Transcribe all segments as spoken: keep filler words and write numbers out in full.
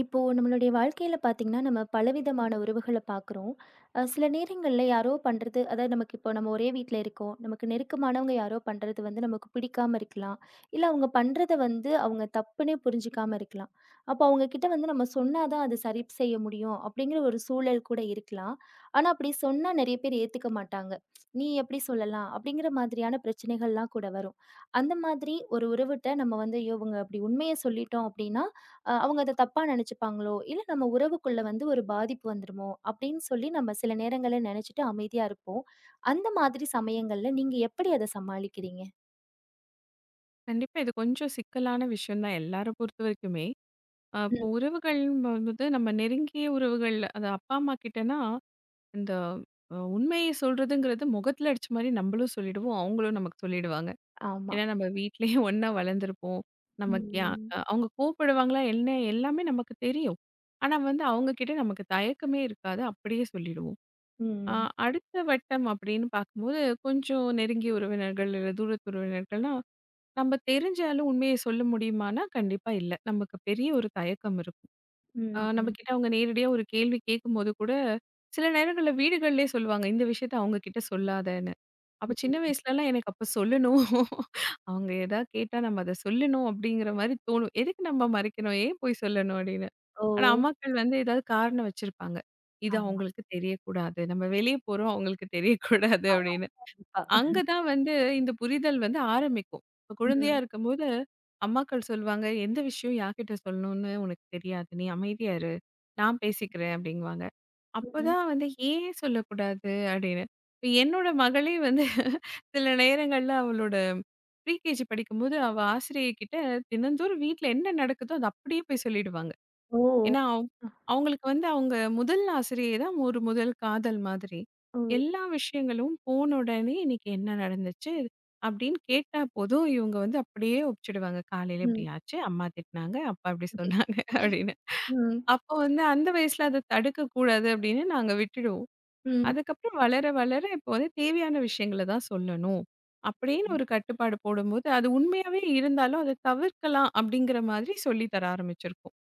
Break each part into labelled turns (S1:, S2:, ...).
S1: இப்போ நம்மளுடைய வாழ்க்கையில பார்த்தீங்கன்னா, நம்ம பலவிதமான உறவுகள பார்க்குறோம். அ சில நேரங்கள்ல யாரோ பண்றது அதாவது நமக்கு இப்போ நம்ம ஒரே வீட்ல இருக்கோம். நமக்கு நெருக்கமானவங்க யாரோ பண்றது வந்து நமக்கு பிடிக்காம இருக்கலாம். இல்ல அவங்க பண்றத வந்து அவங்க தப்புன்னே புரிஞ்சுக்காம இருக்கலாம். அப்போ அவங்க கிட்ட வந்து நம்ம சொன்னா தான் அது சரி செய்ய முடியும் அப்படிங்கிற ஒரு சூழல் கூட இருக்கலாம். ஆனா அப்படி சொன்னா நெறைய பேர் ஏத்துக்க மாட்டாங்க. நீ எப்படி சொல்லலாம்? அப்படிங்கிற மாதிரியான பிரச்சனைகள்லாம் கூட வரும். அந்த மாதிரி ஒரு உறவுட்ட நம்ம வந்து ஐயோ, இவங்க அப்படி உண்மைய சொல்லிட்டோம் அப்படின்னா, அ அவங்க அத தப்பா நெனச்சுப்பாங்களோ, இல்ல நம்ம உறவுக்குள்ள வந்து ஒரு பாதிப்பு வந்துருமோ அப்படின்னு சொல்லி நம்ம சில நேரங்கள்ல நெனச்சுட்டு அமைதியா இருப்போம். அந்த மாதிரி சமயங்கள்ல நீங்க எப்படி அத சமாளிக்கிறீங்க?
S2: கண்டிப்பா. இது கொஞ்சம் சிக்கலான விஷயம் தான் எல்லார பொறுத்தவரைக்குமே. அ இப்போ
S1: ம்.
S2: உறவுகள்ங்கும்போது நம்ம நெருங்கிய உறவுகள், அது அப்பா, அம்மா கிட்டனா, இந்த அ உண்மைய சொல்றதுங்கிறது முகத்துல அடிச்ச மாரி நம்பளும் சொல்லிடுவோம், அவங்களும் நமக்கு சொல்லிடுவாங்க.
S1: ஆமா.
S2: ஏன்னா நம்ம வீட்லயே ஒண்ணா வளர்ந்துருப்போம். நமக்கு யா
S1: ம்.
S2: அ அவங்க கோவப்படுவாங்களா என்ன எல்லாமே நமக்கு தெரியும். ஆனா வந்து அவங்க கிட்ட நமக்கு தயக்கமே இருக்காது. அப்படியே சொல்லிடுவோம். அ
S1: ம்.
S2: அடுத்த வட்டம் அப்படின்னு பார்க்கும்போது, கொஞ்சம் நெருங்கிய உறவினர்கள் இல்ல தூரத்து உறவினர்கள்னா நம்ம தெரிஞ்சாலும் உண்மைய சொல்ல முடியுமான்னா, கண்டிப்பா இல்ல. நமக்கு பெரிய ஒரு தயக்கம் இருக்கும். அ
S1: ம். ம்.
S2: நம்மகிட்ட அவங்க நேரடியா ஒரு கேள்வி கேட்கும்போது கூட, சில நேரங்கள்ல வீடுகள்லயே சொல்லுவாங்க, இந்த விஷயத்த அவங்க கிட்ட சொல்லாதன்னு. அப்ப சின்ன
S1: ம்.
S2: வயசுலலாம் எனக்கு அப்ப சொல்லணும். அவங்க ஏதா கேட்டா நம்ம அத சொல்லணும் அப்படிங்கிற மாரி தோணும். எதுக்கு நம்ம மறைக்கணும்? ஏன் போய் சொல்லணும்? அப்படின்னு.
S1: ஓ!
S2: ஆனா அம்மாக்கள் வந்து ஏதாவது காரணம் வச்சிருப்பாங்க. இது
S1: ஆமா.
S2: அவங்களுக்கு தெரியக்கூடாது. நம்ம வெளிய போறோம் அவங்களுக்கு தெரியக்கூடாது
S1: ஆ,
S2: அப்படின்னு.
S1: கண்டிப்பா.
S2: அங்க தான் வந்து இந்த புரிதல் வந்து ஆரம்பிக்கும். இப்ப குழந்தையா
S1: ம்.
S2: இருக்கும்போது, அம்மாக்கள் சொல்லுவாங்க, "எந்த விஷயம் யார்கிட்ட சொல்லணும்னு உனக்கு தெரியாது. நீ அமைதியா இரு. நான் பேசிக்கிறேன்" அப்படிங்குவாங்க.
S1: ம்.
S2: அப்பதான் வந்து "ஏன் சொல்லக்கூடாது?" அப்படின்னு. இப்ப என்னோட மகளே வந்து சில நேரங்கள்ல அவளோட ப்ரீகேஜி படிக்கும்போது, அவ ஆசிரியை கிட்ட தினந்தோறும் வீட்ல என்ன நடக்குதோ, அத அப்படியே போய் சொல்லிடுவாங்க.
S1: ஓ!
S2: ஏன்னா, அவ்
S1: அ.
S2: அவங்களுக்கு வந்து அவங்க முதல் ஆசிரியை தான் ஒரு முதல் காதல் மாதிரி.
S1: ஓ!
S2: எல்லா விஷயங்களும் போன உடனே இன்னைக்கு என்ன நடந்துச்சு? அப்படின்னு கேட்டா போதும், இவங்க வந்து அப்படியே ஒப்பிச்சுடுவாங்க. காலையில இப்படி
S1: ம்.
S2: ஆச்சு, அம்மா திட்டினாங்க, அப்பா இப்படி சொன்னாங்க அப்படின்னு.
S1: ம்.
S2: அப்போ வந்து அந்த வயசுல அத தடுக்கக்கூடாது அப்படின்னு நாங்க விட்டுடுவோம்.
S1: ம்.
S2: அதுக்கப்புறம் வளர வளர இப்போ வந்து தேவையான விஷயங்கள தான் சொல்லணும். அப்படின்னு ஒரு கட்டுப்பாடு போடும்போது, அது உண்மையாவே இருந்தாலும் அத தவிர்க்கலாம் அப்படிங்கிற மாதிரி சொல்லி தர ஆரம்பிச்சிருக்கோம்.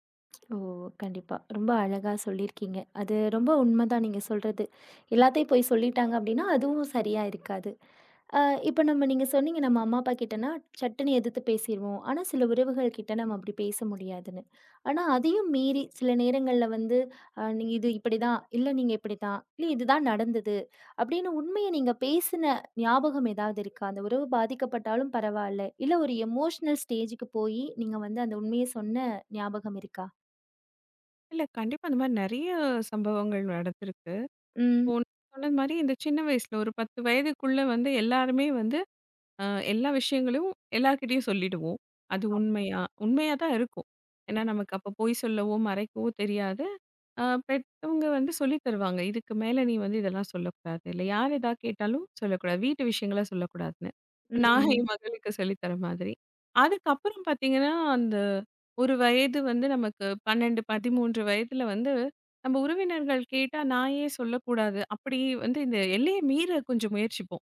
S1: ஓ! கண்டிப்பா. ரொம்ப அழகா சொல்லியிருக்கீங்க. அது ரொம்ப உண்மதான் நீங்க சொல்றது. எல்லாத்தையும் போய் சொல்லிட்டாங்க அப்டின்னா, அதுவும் சரியா இருக்காது. அ இப்ப நம்ம நீங்க சொன்னீங்க, நம்ம அம்மா, அப்பா கிட்டனா சட்டுன்னு எதிர்த்து பேசிருவோம். ஆனா, சில உறவுகள் கிட்ட நம்ம அப்டி பேச முடியாதுன்னு. ஆனா, அதையும் மீறி சில நேரங்கள்ல வந்து, அ நீங்க இது இப்டிதான், இல்ல நீங்க இப்டிதான், இல்ல இதுதான் நடந்தது அப்டின்னு உண்மைய நீங்க பேசின ஞாபகம் ஏதாவது இருக்கா? அந்த உறவு பாதிக்கப்பட்டாலும் பரவால்ல. இல்ல ஒரு எமோஷனல் ஸ்டேஜ்க்கு போயி, நீங்க வந்து அந்த உண்மைய சொன்ன ஞாபகம் இருக்கா?
S2: இல்ல. கண்டிப்பா. அந்த மாரி நெறைய சம்பவங்கள் நடந்திருக்கு.
S1: ம்,
S2: இப்போ நீங்க சொன்னது மாரி இந்த சின்ன வயசுல ஒரு பத்து வயதுக்குள்ள வந்து எல்லாருமே வந்து அ எல்லா விஷயங்களையும் எல்லார்கிட்டயும் சொல்லிடுவோம். அது உண்மையா உண்மையா தான் இருக்கும். ஏன்னா நமக்கு அப்ப பொய் சொல்லவோ, மறைக்கவோ தெரியாது. ஆ பெத்தவங்க வந்து சொல்லி தருவாங்க. இதுக்கு மேல நீ வந்து இதெல்லாம் சொல்லக்கூடாது. இல்ல யார் எதா கேட்டாலும் சொல்லக்கூடாது. வீட்டு விஷயங்கள சொல்லக்கூடாதுன்னு. நான்
S1: ம்,
S2: என் மகளுக்கு சொல்லி தர மாதிரி. அதுக்கப்புறம் பார்த்தீங்கன்னா, அந்த ஒரு வயது வந்து நமக்கு பன்னிரண்டு, பதின்மூன்று வயதுல வந்து நம்ம உறவினர்கள் கேட்டா நான் ஏன் சொல்லக்கூடாது? அப்படி வந்து இந்த எல்லைய மீற கொஞ்சம் முயற்சிப்போம்.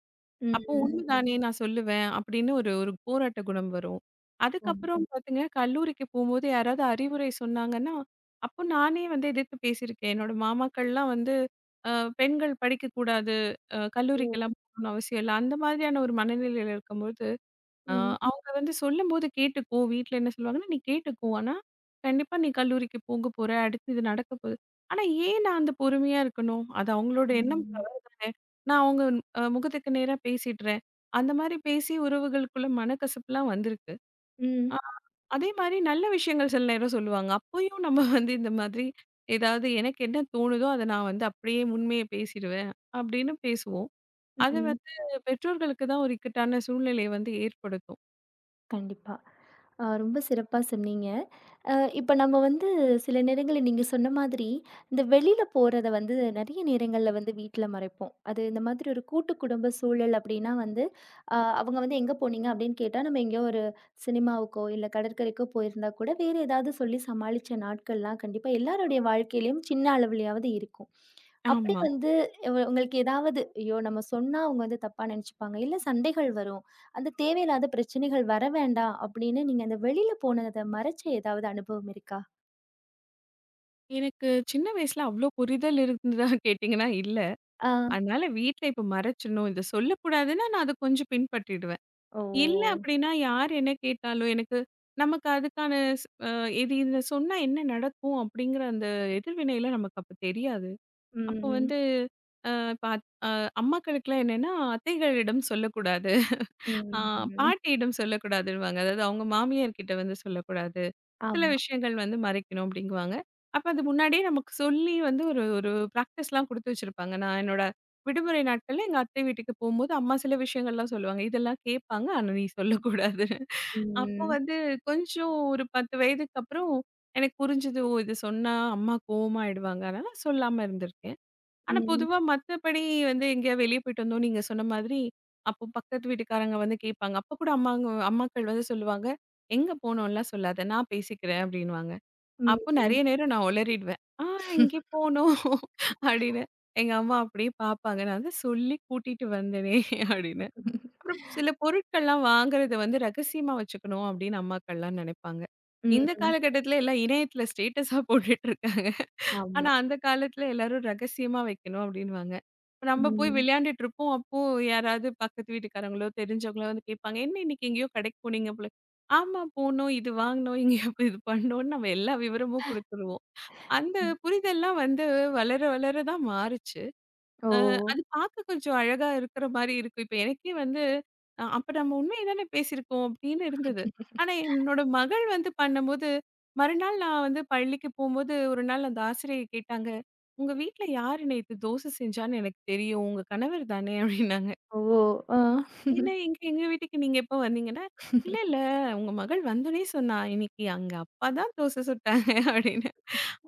S2: அப்போ
S1: ம்.
S2: உண்மைதானே நான் சொல்லுவேன் அப்படின்னு ஒரு ஒரு போராட்ட குணம் வரும்.
S1: அம்.
S2: அதுக்கப்புறம் பாத்தீங்க கல்லூரிக்கு போம்போது யாராவது அறிவுரை சொன்னாங்கன்னா, அப்போ நானே வந்து எதிர்த்து பேசியிருக்கேன். என்னோட மாமாக்கள்லாம் வந்து அ பெண்கள் படிக்கக்கூடாது, அ
S1: ஓ!
S2: கல்லூரிக்கெல்லாம் போகணும்னு அவசியம் இல்ல. அந்த மாதிரியான ஒரு மனநிலையில இருக்கும்போது ஆ
S1: ம்,
S2: அவங்க வந்து சொல்லும்போது கேட்டுக்கோ, வீட்ல என்ன சொல்லுவாங்கன்னா, "நீ கேட்டுக்கோ. ஆனா, கண்டிப்பா நீ கல்லூரிக்கு போக போற. அடுத்து இது நடக்க போகுது." ஆனா ஏன் நான் அந்த பொறுமையா இருக்கணும்? அது அவங்களோட எண்ணம்
S1: ம்,
S2: தவறு தானே. நான் அவங்க அ முகத்துக்கு நேரா பேசிடுறேன். அந்த மாரி பேசி உறவுகளுக்குள்ள மனக்கசப்புலாம் வந்திருக்கு.
S1: ம்,
S2: அ அதே மாரி நல்ல விஷயங்கள் சில நேரம் சொல்லுவாங்க. அப்பயும் நம்ம வந்து இந்த மாதிரி ஏதாவது எனக்கு என்ன தோணுதோ, அத நான் வந்து அப்படியே உண்மைய பேசிடுவேன் அப்படின்னு பேசுவோம். அது
S1: ம்.
S2: வந்து பெற்றோர்களுக்கு தான் ஒரு இக்கட்டான சூழ்நிலைய வந்து ஏற்படுத்தும்.
S1: கண்டிப்பா. அ ரொம்ப சிறப்பா சொன்னீங்க. அ இப்ப நம்ம வந்து சில நேரங்கள்ல நீங்க சொன்ன மாதிரி, இந்த வெளியில போறத வந்து நெறைய நேரங்கள்ல வந்து வீட்ல மறைப்போம். அது இந்த மாதிரி ஒரு கூட்டு குடும்ப சூழல் அப்டின்னா வந்து, அ அவங்க வந்து எங்க போனீங்க அப்டின்னு கேட்டா, நம்ம எங்கேயோ ஒரு சினிமாவுக்கோ, இல்ல கடற்கரைக்கோ போயிருந்தா கூட, வேற ஏதாவது சொல்லி சமாளிச்ச நாட்கள்லாம் கண்டிப்பா எல்லாருடைய வாழ்க்கையிலயும் சின்ன அளவுலயாவது இருக்கும். அப்படி
S2: ஆமா.
S1: வந்து, உ உங்களுக்கு ஏதாவது, ஐயோ, நம்ம சொன்னா அவங்க வந்து தப்பா நெனச்சுப்பாங்க. இல்ல சண்டைகள் வரும். அந்த தேவையில்லாத பிரச்சனைகள் வர வேண்டாம் அப்படின்னு நீங்க அந்த வெளியில போனத மறைச்ச ஏதாவது அனுபவம் இருக்கா?
S2: எனக்கு சின்ன வயசுல அவ்ளோ புரிதல் இருந்ததா கேட்டீங்கன்னா இல்ல.
S1: ஆ.
S2: அதனால வீட்ல இப்ப மறைச்சிடணும். இத சொல்லக்கூடாதுன்னா, நான் அத கொஞ்சம் பின்பற்றிடுவேன்.
S1: ஓ!
S2: இல்ல அப்படின்னா யார் என்ன கேட்டாலும் எனக்கு நமக்கு அதுக்கான ஸ் அ இது இத சொன்னா என்ன நடக்கும் அப்படிங்கிற அந்த எதிர்வினையில நமக்கு அப்ப தெரியாது. அப்ப
S1: ம்.
S2: வந்து அ இப்ப அத் அ அம்மாக்களுக்குலாம் என்னன்னா, அத்தைகளிடம் சொல்லக்கூடாது. ஆ
S1: ம்.
S2: பாட்டியிடம் சொல்லக்கூடாதுன்னுவாங்க. அதாவது அவங்க மாமியார் கிட்ட வந்து சொல்லக்கூடாது. சில
S1: ஆமா.
S2: விஷயங்கள் வந்து மறைக்கணும் அப்டிங்குவாங்க. அப்ப அது முன்னாடியே நமக்கு சொல்லி வந்து ஒரு ஒரு பிராக்டிஸ்லாம் குடுத்து வச்சிருப்பாங்க. நான் என்னோட விடுமுறை நாட்கள்ல எங்க அத்தை வீட்டுக்கு போம்போது அம்மா சில விஷயங்கள்லாம் சொல்லுவாங்க. இதெல்லாம் கேட்பாங்க. ஆனா நீ சொல்லக்கூடாது. அப்போ
S1: ம்.
S2: வந்து கொஞ்சம் ஒரு பத்து வயதுக்கு அப்புறம் எனக்கு புரிஞ்சது. ஓ! இது சொன்னா அம்மா கோவமாயிடுவாங்க. அதனால சொல்லாம இருந்திருக்கேன். ஆனா,
S1: ம்.
S2: பொதுவா மத்தபடி வந்து எங்கேயாவது வெளிய போயிட்டு வந்தோம், நீங்க சொன்ன மாதிரி, அப்போ பக்கத்து வீட்டுக்காரங்க வந்து கேட்பாங்க. அப்ப கூட அம்மாங்க அம்மாக்கள் வந்து சொல்லுவாங்க, "எங்க போனோம்லாம் சொல்லாத, நான் பேசிக்கிறேன்" அப்படின்னுவாங்க.
S1: ம்.
S2: அப்போ
S1: ம்.
S2: நெறைய நேரம் நான் ஒளறிடுவேன். "ஆ இங்கே போனோம்" அப்படின்னு. எங்க அம்மா அப்படியே பார்ப்பாங்க. நான் தான் சொல்லி கூட்டிட்டு வந்தேனே அப்படின்னு. அப்புறம் சில பொருட்கள்லாம் வாங்குறத வந்து ரகசியமா வச்சுக்கணும் அப்படின்னு அம்மாக்கள்லாம் நெனைப்பாங்க. இந்த
S1: ம்.
S2: காலகட்டத்தில எல்லாம் இணையத்தில ஸ்டேட்டஸா போட்டுட்டு இருக்காங்க.
S1: ஆமா.
S2: ஆனா, அந்த காலத்துல எல்லாரும் ரகசியமா வைக்கணும் அப்டின்னுவாங்க. நம்ம போய்
S1: ம்.
S2: விளையாண்டுட்டு இருப்போம். அப்போ யாராவது பக்கத்து வீட்டுக்காரங்களோ, தெரிஞ்சவங்களோ வந்து கேட்பாங்க. "என்ன இன்னைக்கு எங்கேயோ கடைக்கு போனீங்க போல." ஆமா போனோம், இது வாங்குனோம், இங்க அப்ப இது பண்ணோம்னு நம்ம எல்லா விவரமும் குடுத்துருவோம். அந்த
S1: ம்.
S2: புரிதல்லாம் வந்து வளர வளர தான் மாறுச்சு.
S1: ஓ!
S2: அ அது பார்க்க கொஞ்சம் அழகா இருக்கிற மாரி இருக்கும். இப்ப எனக்கே வந்து, அ அப்ப நம்ம உண்மைய தானே பேசியிருக்கோம் அப்படின்னு இருந்தது. ஆனா என்னோட மகள் வந்து பண்ணும்போது, மறுநாள் நான் வந்து பள்ளிக்கு போம்போது, ஒரு நாள் அந்த ஆசிரியை கேட்டாங்க, "உங்க வீட்ல யாரு நேத்து தோசை செஞ்சான்னு எனக்கு தெரியும். உங்க கணவர் தானே?" அப்படின்னாங்க.
S1: ஓ! ஆ.
S2: "என்ன எங்க எங்க வீட்டுக்கு நீங்க எப்போ வந்தீங்கன்னா?" "இல்ல, இல்ல. உங்க மகள் வந்தோனே சொன்னா, இன்னைக்கு அங்க அப்பா தான் தோசை சுட்டாங்க" அப்படின்னு.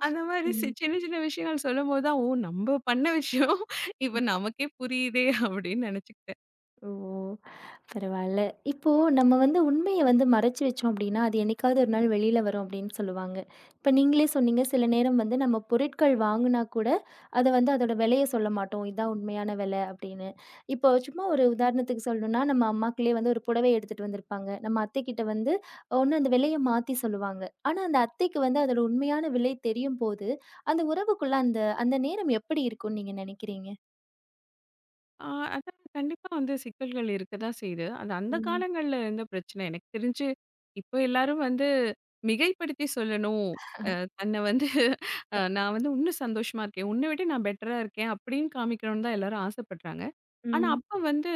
S2: அந்த மாரி சி
S1: ம்.
S2: சின்ன சின்ன விஷயங்கள் சொல்லும்போது தான், ஓ! நம்ம பண்ண விஷயம் இப்ப நமக்கே புரியுதே அப்படின்னு நினைச்சுக்கிட்டேன்.
S1: ஓ! பரவால்ல. இப்போ நம்ம வந்து உண்மைய வந்து மறைச்சு வச்சோம் அப்டின்னா, அது என்னைக்காவது ஒரு நாள் வெளில வரும் அப்டின்னு சொல்லுவாங்க. இப்ப நீங்களே சொன்னீங்க, சில நேரம் வந்து நம்ம பொருட்கள் வாங்குனா கூட, அத வந்து அதோட விலைய சொல்ல மாட்டோம். இதான் உண்மையான வில அப்டின்னு. இப்போ சும்மா ஒரு உதாரணத்துக்கு சொல்லணும்னா, நம்ம அம்மாக்களே வந்து ஒரு புடவை எடுத்துட்டு வந்திருப்பாங்க. நம்ம அத்தைக்கிட்ட வந்து ஒண்ணு அந்த விலைய மாத்தி சொல்லுவாங்க. ஆனா அந்த அத்தைக்கு வந்து அதோட உண்மையான விலை தெரியும்போது, அந்த உறவுக்குள்ள அந்த அந்த நேரம் எப்படி இருக்கும்னு நீங்க நெனைக்கிறீங்க?
S2: ஆ அதான் கண்டிப்பா வந்து சிக்கல்கள் இருக்க தான் செய்யுது. அது அந்த
S1: ம்.
S2: காலங்கள்ல இருந்த பிரச்சனை. எனக்கு தெரிஞ்சு இப்போ எல்லாரும் வந்து மிகைப்படுத்தி சொல்லணும். அ தன்னை வந்து அ நான் வந்து உன்னும் சந்தோஷமா இருக்கேன். உன்னை விட நான் பெட்டரா இருக்கேன் அப்படின்னு காமிக்கணும்னு தான் எல்லாரும் ஆசைப்படுறாங்க. ஆனா,
S1: ம்.
S2: அப்ப வந்து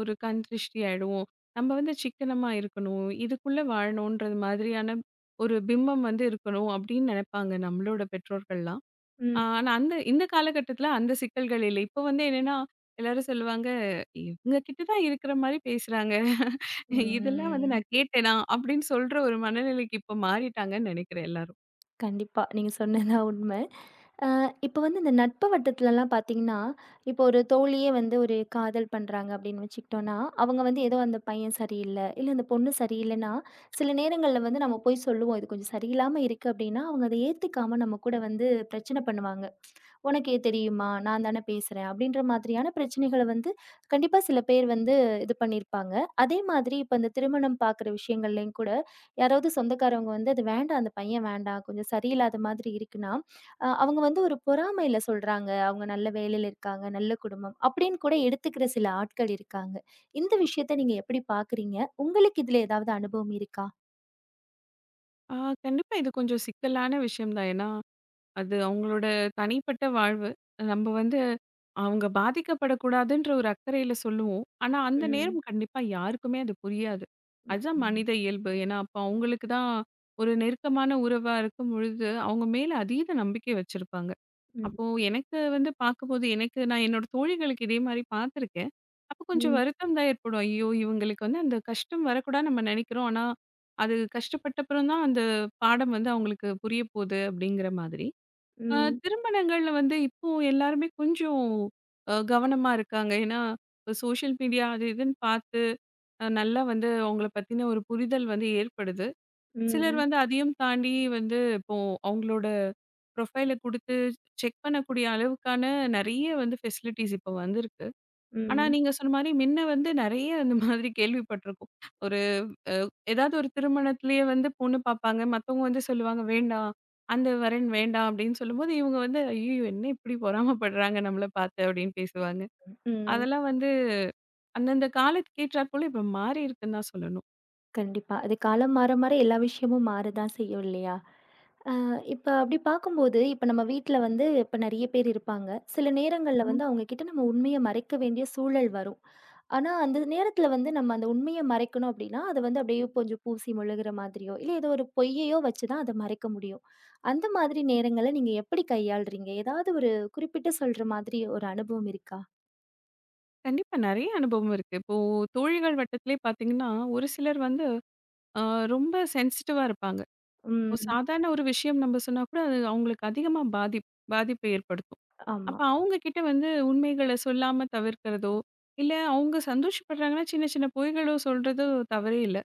S2: ஒரு கண் திருஷ்டி ஆயிடுவோம். நம்ம வந்து சிக்கனமா இருக்கணும். இதுக்குள்ள வாழணும்ன்றது மாதிரியான ஒரு பிம்பம் வந்து இருக்கணும் அப்படின்னு நினைப்பாங்க நம்மளோட பெற்றோர்கள்லாம். அ
S1: ம்.
S2: ஆனா அந்த இந்த காலகட்டத்தில அந்த சிக்கல்கள் இல்ல. இப்ப வந்து என்னன்னா, எல்லாரும் சொல்லுவாங்க, "இவங்க கிட்ட தான் இருக்கிற மாரி பேசுறாங்க. இதெல்லாம் வந்து
S1: ம்.
S2: நான் கேட்டேனா?" அப்படின்னு சொல்ற ஒரு மனநிலைக்கு இப்ப மாறிட்டாங்கன்னு நினைக்கிறேன் எல்லாரும்.
S1: கண்டிப்பா. நீங்க சொன்னதுதான் உண்மை. அ இப்ப வந்து இந்த நட்பு வட்டத்துலலாம் பார்த்தீங்கன்னா, இப்போ ஒரு தோழியே வந்து ஒரு காதல் பண்றாங்க அப்படின்னு வச்சுக்கிட்டோம்னா, அவங்க வந்து ஏதோ அந்த பையன் சரியில்ல, இல்ல அந்த பொண்ணு சரியில்லன்னா, சில நேரங்கள்ல வந்து நம்ம போய் சொல்லுவோம். இது கொஞ்சம் சரியில்லாம இருக்கு அப்படின்னா, அவங்க அதை ஏத்துக்காம நம்ம கூட வந்து பிரச்சனை பண்ணுவாங்க. "உனக்கு ஏன் தெரியுமா? நான் தானே பேசுறேன்." அப்படின்ற மாதிரியான பிரச்சனைகள வந்து கண்டிப்பா சில பேர் வந்து இது பண்ணியிருப்பாங்க. அதே மாதிரி இப்ப இந்த திருமணம் பார்க்குற விஷயங்கள்லயும் கூட யாராவது சொந்தக்காரவங்க வந்து, "அது வேண்டாம். அந்த பையன் வேண்டாம். கொஞ்சம் சரியில்லாத மாதிரி இருக்குன்னா" அ அவங்க வந்து ஒரு பொறாமையில சொல்றாங்க. அவங்க நல்ல வேலையில இருக்காங்க, நல்ல குடும்பம் அப்படின்னு கூட எடுத்துக்கிற சில ஆட்கள் இருக்காங்க. இந்த விஷயத்த நீங்க எப்படி பார்க்குறீங்க? உங்களுக்கு இதுல ஏதாவது அனுபவம் இருக்கா?
S2: ஆ கண்டிப்பா இது கொஞ்சம் சிக்கலான விஷயம் தான். ஏன்னா அது அவங்களோட தனிப்பட்ட வாழ்வு. நம்ம வந்து அவங்க பாதிக்கப்படக்கூடாதுன்ற ஒரு அக்கறையில சொல்லுவோம். ஆனா, அந்த
S1: ம்.
S2: நேரம் கண்டிப்பா யாருக்குமே அது புரியாது. அதுதான்
S1: ம்.
S2: மனித இயல்பு. ஏன்னா, அப்ப அவங்களுக்கு தான் ஒரு நெருக்கமான உறவா இருக்கும் பொழுது, அவங்க மேல அதீத நம்பிக்கை வச்சிருப்பாங்க.
S1: ம்.
S2: அப்போ எனக்கு வந்து பார்க்கும்போது எனக்கு நான் என்னோட தோழிகளுக்கு இதே மாரி பார்த்துருக்கேன். அப்ப கொஞ்சம்
S1: ம்.
S2: வருத்தம் தான் ஏற்படும். ஐயோ! இவங்களுக்கு வந்து அந்த கஷ்டம் வரக்கூடாதுன்னு நம்ம நெனைக்கிறோம். ஆனா, அது கஷ்டப்பட்ட அப்புறம் தான் அந்த பாடம் வந்து அவங்களுக்கு புரிய போகுது அப்படிங்கிற மாதிரி. ஆ
S1: ம்.
S2: திருமணங்கள்ல வந்து இப்போ எல்லாருமே கொஞ்சம் அ கவனமா இருக்காங்க. ஏன்னா, இப்ப சோஷியல் மீடியா அது இதுன்னு பார்த்து, அ நல்லா வந்து அவங்கள பத்தின ஒரு புரிதல் வந்து ஏற்படுது. சிலர்
S1: ம்.
S2: வந்து அதையும் தாண்டி வந்து இப்போ அவங்களோட ப்ரொஃபைல குடுத்து செக் பண்ணக்கூடிய அளவுக்கான நெறைய வந்து ஃபெசிலிட்டீஸ் இப்ப வந்திருக்கு. ஆனா,
S1: ம்.
S2: நீங்க சொன்ன மாரி முன்ன வந்து நெறைய இந்த மாதிரி கேள்விப்பட்டிருக்கோம். ஒரு ஏதாவது ஒரு திருமணத்திலேயே வந்து பொண்ணு பார்ப்பாங்க. மத்தவங்க வந்து சொல்லுவாங்க, "வேண்டாம். அந்த வரன் வேண்டாம்" அப்படின்னு சொல்லும்போது, இவங்க வந்து, "ஐயய்யோ! என்ன இப்படி பொறாமைப்படுறாங்க நம்மள பார்த்து" அப்படின்னு பேசுவாங்க.
S1: ம்.
S2: அதெல்லாம் வந்து அந்தந்த காலத்துக்கு ஏற்றாற்போல இப்ப மாறி இருக்குன்னு தான் சொல்லணும்.
S1: கண்டிப்பா. அது காலம் மாற மாற எல்லா விஷயமும் மாறதான் செய்யும் இல்லையா? இப்ப அப்படி பார்க்கும்போது, இப்ப நம்ம வீட்ல வந்து இப்ப நெறைய பேர் இருப்பாங்க. சில நேரங்கள்ல
S2: ம்.
S1: வந்து அவங்க கிட்ட நம்ம உண்மைய மறைக்க வேண்டிய சூழல் வரும். ஆனா, அந்த நேரத்துல வந்து நம்ம அந்த உண்மைய மறைக்கணும் அப்படின்னா, அது வந்து அப்படியே கொஞ்சம் பூசி முழுகுற மாதிரியோ, இல்ல ஏதோ ஒரு பொய்யையோ வச்சு தான் அத மறைக்க முடியும். அந்த மாதிரி நேரங்கள நீங்க எப்படி கையாளுறீங்க? ஏதாவது ஒரு குறிப்பிட்டு சொல்ற மாதிரி ஒரு அனுபவம் இருக்கா?
S2: கண்டிப்பா நெறைய அனுபவம் இருக்கு. இப்போ தோழிகள் வட்டத்திலே பார்த்தீங்கன்னா, ஒரு சிலர் வந்து அ ரொம்ப சென்சிட்டிவா இருப்பாங்க. இப்போ
S1: ம்.
S2: சாதாரண ஒரு விஷயம் நம்ம சொன்னா கூட, அது அவங்களுக்கு அதிகமா பாதிப் பாதிப்பை ஏற்படுத்தும்.
S1: ஆமா.
S2: அப்ப அவங்க கிட்ட வந்து உண்மைகள சொல்லாம தவிர்க்கிறதோ, இல்ல அவங்க சந்தோஷப்படுறாங்கன்னா, சின்ன சின்ன பொய்களோ சொல்றதோ தவறே இல்ல.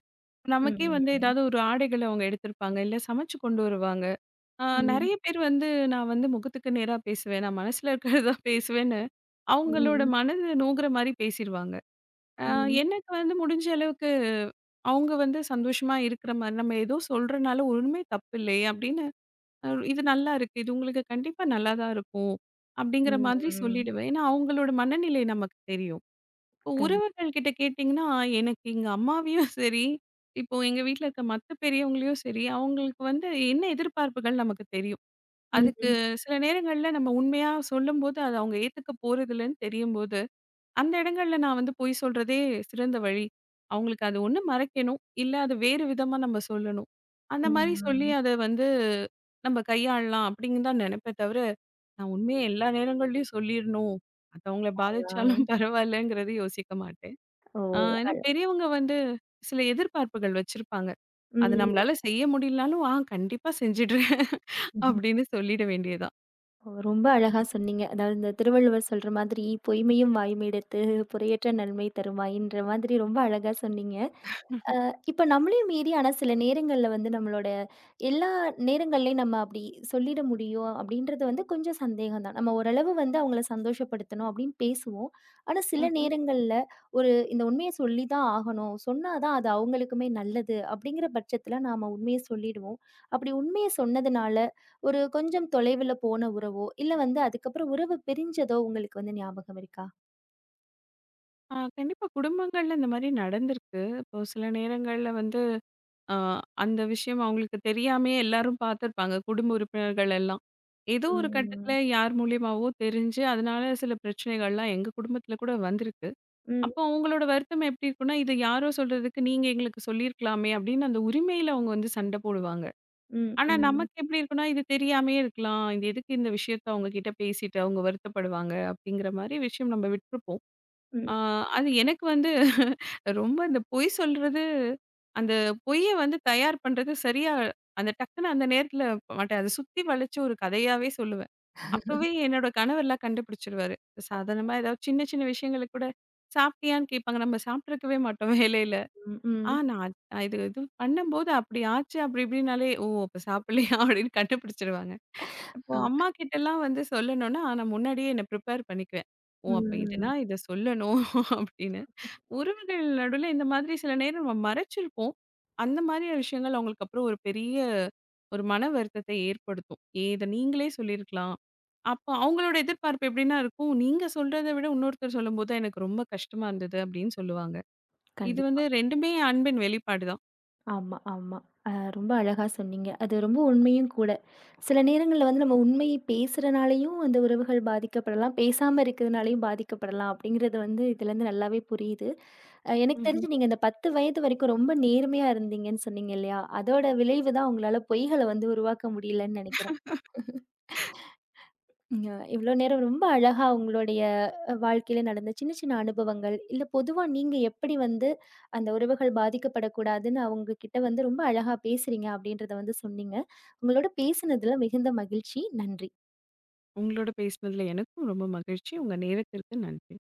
S2: நமக்கே வந்து
S1: ம்.
S2: ஏதாவது ஒரு ஆடைகள அவங்க எடுத்திருப்பாங்க. இல்ல சமைச்சு கொண்டு வருவாங்க. அ
S1: ம். ம்.
S2: நெறைய பேர் வந்து நான் வந்து முகத்துக்கு நேரா பேசுவேன். நான் மனசுல இருக்கிறத தான் பேசுவேன்னு, அவங்களோட
S1: ம்.
S2: மனது நோகுற மாரி பேசிருவாங்க. அ
S1: ம்.
S2: எனக்கு வந்து முடிஞ்ச அளவுக்கு அவங்க வந்து சந்தோஷமா இருக்கிற மாரி, நம்ம ஏதோ சொல்றனால ஒண்ணுமே தப்பு இல்லையே! அப்படின்னு அ இது நல்லா இருக்கு. இது உங்களுக்கு கண்டிப்பா நல்லா தான் இருக்கும். அப்படிங்கிற மாதிரி
S1: ம்.
S2: சொல்லிடுவேன். ஏன்னா அவங்களோட மனநிலை நமக்கு தெரியும். இப்போ
S1: கண்டிப்பா.
S2: உறவுகள் கிட்ட கேட்டிங்கன்னா, எனக்கு எங்க அம்மாவையும் சரி, இப்போ எங்க வீட்ல இருக்க மத்த பெரியவங்களையும் சரி, அவங்களுக்கு வந்து என்ன எதிர்பார்ப்புகள் நமக்கு தெரியும்.
S1: ம்.
S2: அதுக்கு
S1: ம்.
S2: சில நேரங்கள்ல நம்ம உண்மையா சொல்லும்போது, அது அவங்க ஏத்துக்க போறதில்லன்னு தெரியும்போது அந்த இடங்கள்ல நான் வந்து பொய் சொல்றதே சிறந்த வழி. அவங்களுக்கு அது ஒண்ணு மறைக்கணும், இல்ல அது வேறு விதமா நம்ம சொல்லணும். அந்த மாரி சொல்லி
S1: ம்.
S2: அத வந்து நம்ம கையாளலாம் அப்படின்னு தான் நெனைப்பே தவிர, நான் உண்மைய எல்லா நேரங்கள்லயும் சொல்லிரணும். அது அவங்கள
S1: ஆ.
S2: பாதிச்சாலும் பரவாயில்லங்கிறது யோசிக்க மாட்டேன்.
S1: ஓ!
S2: ஆ
S1: அழ
S2: ஏன்னா பெரியவங்க வந்து சில எதிர்பார்ப்புகள் வச்சிருப்பாங்க. அது
S1: ம்.
S2: நம்மளால செய்ய முடியலனாலும், ஆ கண்டிப்பா செஞ்சுடுறேன்
S1: ம்ஹ்ம்.
S2: அப்படின்னு சொல்லிட வேண்டியது தான்.
S1: ஓ! ரொம்ப அழகா சொன்னீங்க. அதாவது இந்த திருவள்ளுவர் சொல்ற மாதிரி, "பொய்மையும் வாய்மையிடத்து, புரையற்ற நன்மை தருமாயின்ற" மாதிரி ரொம்ப அழகா சொன்னீங்க. இப்ப நம்மளையும் மீறி ஆனா சில நேரங்கள்ல வந்து நம்மளோட எல்லா நேரங்கள்லயும் நம்ம அப்படி சொல்லிட முடியும் அப்படின்றது வந்து கொஞ்சம் சந்தேகம் தான். நம்ம ஓரளவு வந்து அவங்கள சந்தோஷப்படுத்தணும் அப்படின்னு பேசுவோம். ஆனா சில
S2: ம்ஹ்ம்.
S1: நேரங்கள்ல ஒரு இந்த உண்மைய சொல்லி தான் ஆகணும். சொன்னா தான் அது அவங்களுக்குமே நல்லது அப்படிங்கிற பட்சத்துல நாம உண்மைய சொல்லிடுவோம். அப்படி உண்மைய சொன்னதுனால ஒரு கொஞ்சம் தொலைவுல போன உறவோ, இல்ல வந்து அதுக்கப்புறம் உறவு பிரிஞ்சதோ உங்களுக்கு வந்து ஞாபகம் இருக்கா?
S2: ஆ கண்டிப்பா குடும்பங்கள்ல இந்த மாரி நடந்திருக்கு. இப்போ சில நேரங்கள்ல வந்து ஆ, அந்த விஷயம் அவங்களுக்கு தெரியாமயே எல்லாரும் பார்த்துருப்பாங்க. குடும்ப உறுப்பினர்கள் எல்லாம். ஏதோ ஒரு கட்டத்தில
S1: ம்.
S2: யார் மூலியமாவோ தெரிஞ்சு, அதனால சில பிரச்சனைகள்லாம் எங்க குடும்பத்தில கூட வந்திருக்கு.
S1: ம்,
S2: அப்போ அவங்களோட வருத்தம் எப்படி இருக்கும்னா, "இது யாரோ சொல்றதுக்கு நீங்க எங்களுக்கு சொல்லியிருக்கலாமே!" அப்படின்னு அந்த உரிமையில அவங்க வந்து சண்டை போடுவாங்க.
S1: ம்,
S2: ஆனா
S1: ம்.
S2: நமக்கு எப்படி இருக்கும்னா, "இது தெரியாமயே இருக்கலாம். இது எதுக்கு இந்த விஷயத்த அவங்க கிட்ட பேசிட்டு அவங்க வருத்தப்படுவாங்க?" அப்படிங்கிற மாரி விஷயம் நம்ம விட்டுருப்போம்.
S1: ம்,
S2: ஆ, அது எனக்கு வந்து ரொம்ப இந்த பொய் சொல்றது, அந்த பொய்ய வந்து தயார் பண்றது சரியா அந்த டக்குனு அந்த நேரத்துல மாட்டேன். அத சுத்தி வளைச்சு ஒரு கதையாவே சொல்லுவேன். அப்பவே என்னோட கணவர்லாம் கண்டுபிடிச்சுருவாரு. சாதாரணமா ஏதாவது சின்ன சின்ன விஷயங்களுக்கு கூட, சாப்பிட்டியான்னு கேட்பாங்க. நம்ம சாப்பிட்டுருக்கவே மாட்டோம் வேலையில.
S1: ம்,
S2: ஆ
S1: ம்,
S2: நான் அது- நான் இது இது பண்ணும்போது அப்படி ஆச்சு அப்படி இப்படின்னாலே, "ஓ! அப்ப சாப்பிடலையா?" அப்படின்னு கண்டுபிடிச்சுருவாங்க. இப்போ
S1: அ.
S2: அம்மா கிட்டலாம் வந்து சொல்லணும்னா, நான் முன்னாடியே என்ன ப்ரிப்பேர் பண்ணிக்குவேன். "ஓ! அப்ப இதுனா
S1: ம்.
S2: இத சொல்லணும்" அப்படின்னு. உறவுகள் நடுவுல இந்த மாதிரி சில நேரம் நம்ம மறைச்சிருப்போம். அந்த மாதிரியான விஷயங்கள் அவங்களுக்கு அப்புறம் ஒரு பெரிய ஒரு மன வருத்தத்தை ஏற்படுத்தும். ஏ இத நீங்களே சொல்லியிருக்கலாம். அப்போ அவங்களோட எதிர்பார்ப்பு எப்படின்னா இருக்கும், நீங்க சொல்றத விட இன்னொருத்தர் சொல்லும்போது தான் எனக்கு ரொம்ப கஷ்டமா இருந்தது அப்படின்னு சொல்லுவாங்க. இது வந்து
S1: கண்டிப்பா.
S2: 2மே அன்பின் வெளிப்பாடு தான்.
S1: ஆமா, ஆமா. அ ரொம்ப அழகா சொன்னீங்க. அது ரொம்ப உண்மையும் கூட. சில நேரங்கள்ல வந்து நம்ம உண்மையை பேசுறனாலயும் அந்த உறவுகள் பாதிக்கப்படலாம். பேசாம இருக்கிறதுனாலயும் பாதிக்கப்படலாம் அப்படிங்கிறது வந்து இதுலருந்து நல்லாவே புரியுது. அ எனக்கு
S2: ம்ஹ்ம்.
S1: தெரிஞ்சு நீங்க இந்த பத்து வயது வரைக்கும் ரொம்ப நேர்மையா இருந்தீங்கன்னு சொன்னீங்க இல்லையா? அதோட விளைவு தான் உங்களால பொய்கள வந்து உருவாக்க முடியலன்னு நெனைக்கிறேன். ம். அ இவ்ளோ நேரம் ரொம்ப அழகா உங்களுடைய அ வாழ்க்கையில நடந்த சின்ன சின்ன அனுபவங்கள், இல்ல பொதுவா நீங்க எப்படி வந்து அந்த உறவுகள் பாதிக்கப்படக்கூடாதுன்னு அவங்க கிட்ட வந்து ரொம்ப அழகா பேசுறீங்க அப்படின்றத வந்து சொன்னீங்க. உங்களோட பேசினதுல மிகுந்த மகிழ்ச்சி. நன்றி.
S2: உங்களோட பேசினதுல எனக்கும் ரொம்ப மகிழ்ச்சி. உங்க நேரத்திற்கு நன்றி.